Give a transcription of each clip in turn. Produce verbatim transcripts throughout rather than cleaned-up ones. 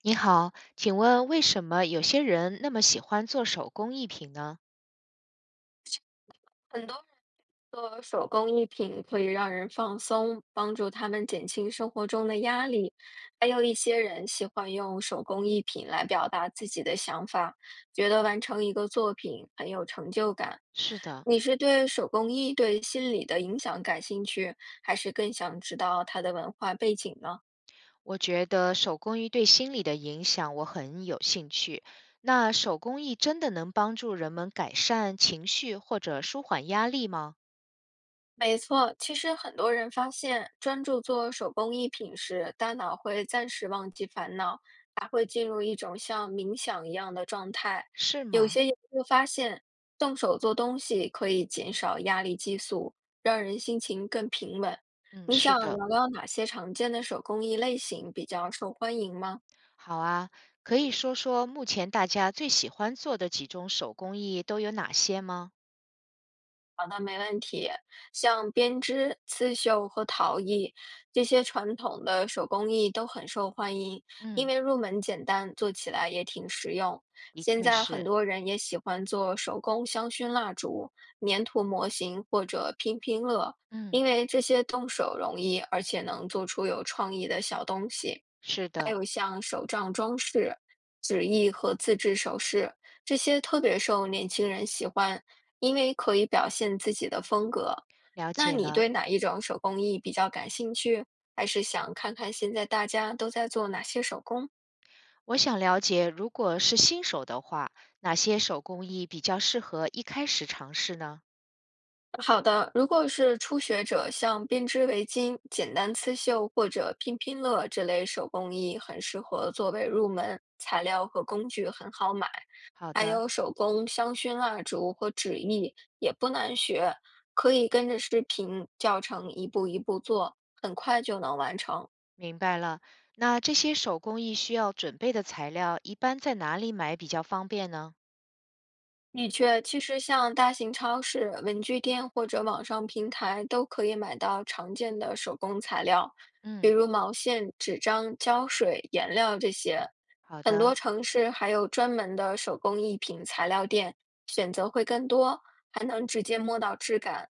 你好，请问为什么有些人那么喜欢做手工艺品呢？很多人说手工艺品可以让人放松，帮助他们减轻生活中的压力。还有一些人喜欢用手工艺品来表达自己的想法，觉得完成一个作品很有成就感。是的，你是对手工艺对心理的影响感兴趣，还是更想知道它的文化背景呢？我觉得手工艺对心理的影响，我很有兴趣。那手工艺真的能帮助人们改善情绪或者舒缓压力吗？没错，其实很多人发现，专注做手工艺品时，大脑会暂时忘记烦恼，还会进入一种像冥想一样的状态。是有吗？些研究发现，动手做东西可以减少压力激素，让人心情更平稳。嗯，你是想的。聊聊哪些常见的手工艺类型比较受欢迎吗？好啊，可以说说目前大家最喜欢做的几种手工艺都有哪些吗？像编织、刺绣和陶艺，这些传统的手工艺都很受欢迎，因嗯，为入门简单，做起来也挺实用。的现确在很是。多人也喜欢做手工香薰蜡烛、粘土模型或者拼拼乐，嗯，因为这些动手容易，而且能做出有创意的小东西。是还的，有像手账装饰、纸艺和自制首饰，这些特别受年轻人喜欢，因为可以表现自己的风格。了那解你了。对哪一种手工艺比较感兴趣？还是想看看现在大家都在做哪些手工？我想了解，如果是新手的话，哪些手工艺比较适合一开始尝试呢？好的，如果是初学者，像编织围巾、简单刺绣或者拼拼乐这类手工艺，很适合作为入门，材料和工具很好买。好还的，有手工香薰蜡烛和纸艺也不难学，可以跟着视频教程一步一步做，很快就能完成。明白了。那这些手工艺需要准备的材料，一般在哪里买比较方便呢？的确，其实像大型超市、文具店或者网上平台都可以买到常见的手工材料，比嗯，如毛线、纸张、胶水、颜料这些。好很的，多城市还有专门的手工艺品材料店，选择会更多，还能直接摸到质感。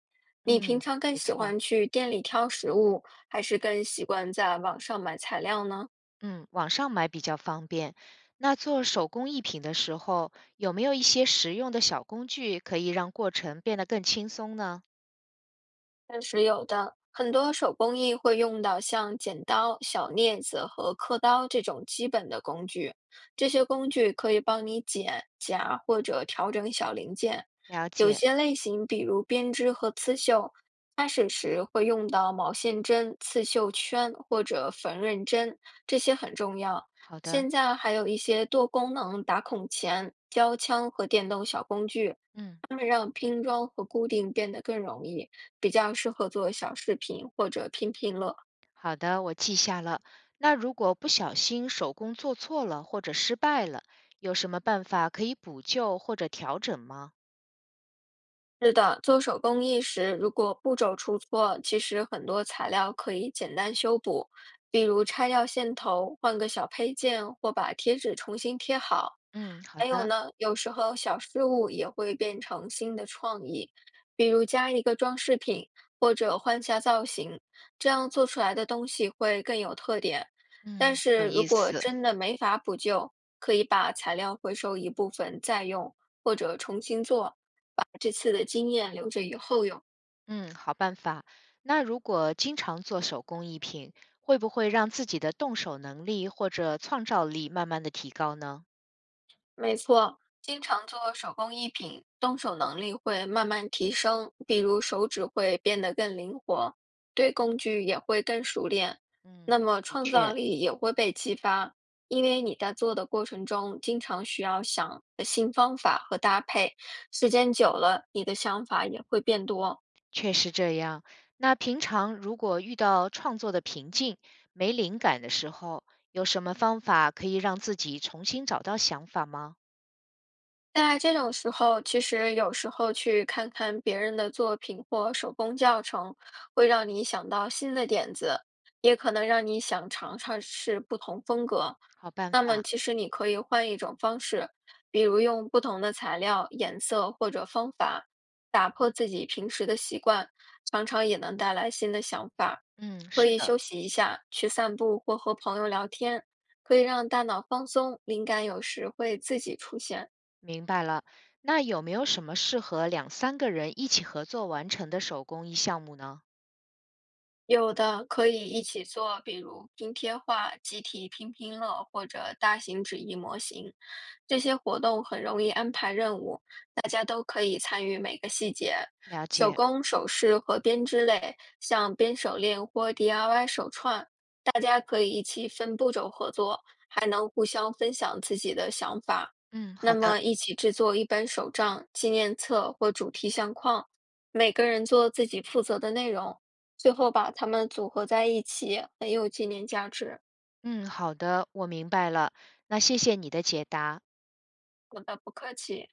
你平嗯，常更没喜错，欢去店里挑食物，还是更习惯在网上买材料呢？嗯，网上买比较方便。那做手工艺品的时候，有没有一些实用的小工具可以让过程变得更轻松呢？确实有的，很多手工艺会用到像剪刀、小镊子和刻刀这种基本的工具。这些工具可以帮你剪、夹或者调整小零件。了有解，些类型，比如编织和刺绣，开始时会用到毛线针、刺绣圈或者缝纫针，这些很重要。好的，现在还有一些多功能打孔钳、胶枪和电动小工具，嗯。它们让拼装和固定变得更容易。比较适合做小视频或者拼拼乐。好的，我记下了。那如果不小心手工做错了或者失败了，有什么办法可以补救或者调整吗？是的，做手工艺时，如果步骤出错，其实很多材料可以简单修补，比如拆掉线头，换个小配件，或把贴纸重新贴好。嗯，好还有的，呢，有时候小失误也会变成新的创意，比如加一个装饰品，或者换下造型，这样做出来的东西会更有特点。但嗯，有是如意果思，真的没法补救，可以把材料回收一部分再用，或者重新做。把这次的经验留着以后用。嗯，好办法。那如果经常做手工艺品，会不会让自己的动手能力或者创造力慢慢的提高呢？没错，经常做手工艺品，动手能力会慢慢提升，比如手指会变得更灵活，对工具也会更熟练，嗯，那么的创造确。力也会被激发，因为你在做的过程中经常需要想新方法和搭配，时间久了，你的想法也会变多。确实这样。那平常如果遇到创作的瓶颈、没灵感的时候，有什么方法可以让自己重新找到想法吗？在这种时候，其实有时候去看看别人的作品或手工教程，会让你想到新的点子，也可能让你想尝尝试不同风格。好办那么，法。其实你可以换一种方式，比如用不同的材料、颜色或者方法，打破自己平时的习惯，常常也能带来新的想法。嗯，可是以的，休息一下，去散步或和朋友聊天，可以让大脑放松，灵感有时会自己出现。明白了。那有没有什么适合两三个人一起合作完成的手工艺项目呢？有的可以一起做，比如拼贴画、集体拼拼乐或者大型纸艺模型，这些活动很容易安排任务，大家都可以参与每个细节。了手解。工、首饰和编织类，像编手链或 D I Y 手串，大家可以一起分步骤合作，还能互相分享自己的想法。嗯，那好的。么，一起制作一本手账、纪念册或主题相框，每个人做自己负责的内容。最后把它们组合在一起，很有纪念价值。嗯，好的，我明白了。那谢谢你的解答。好的，不客气。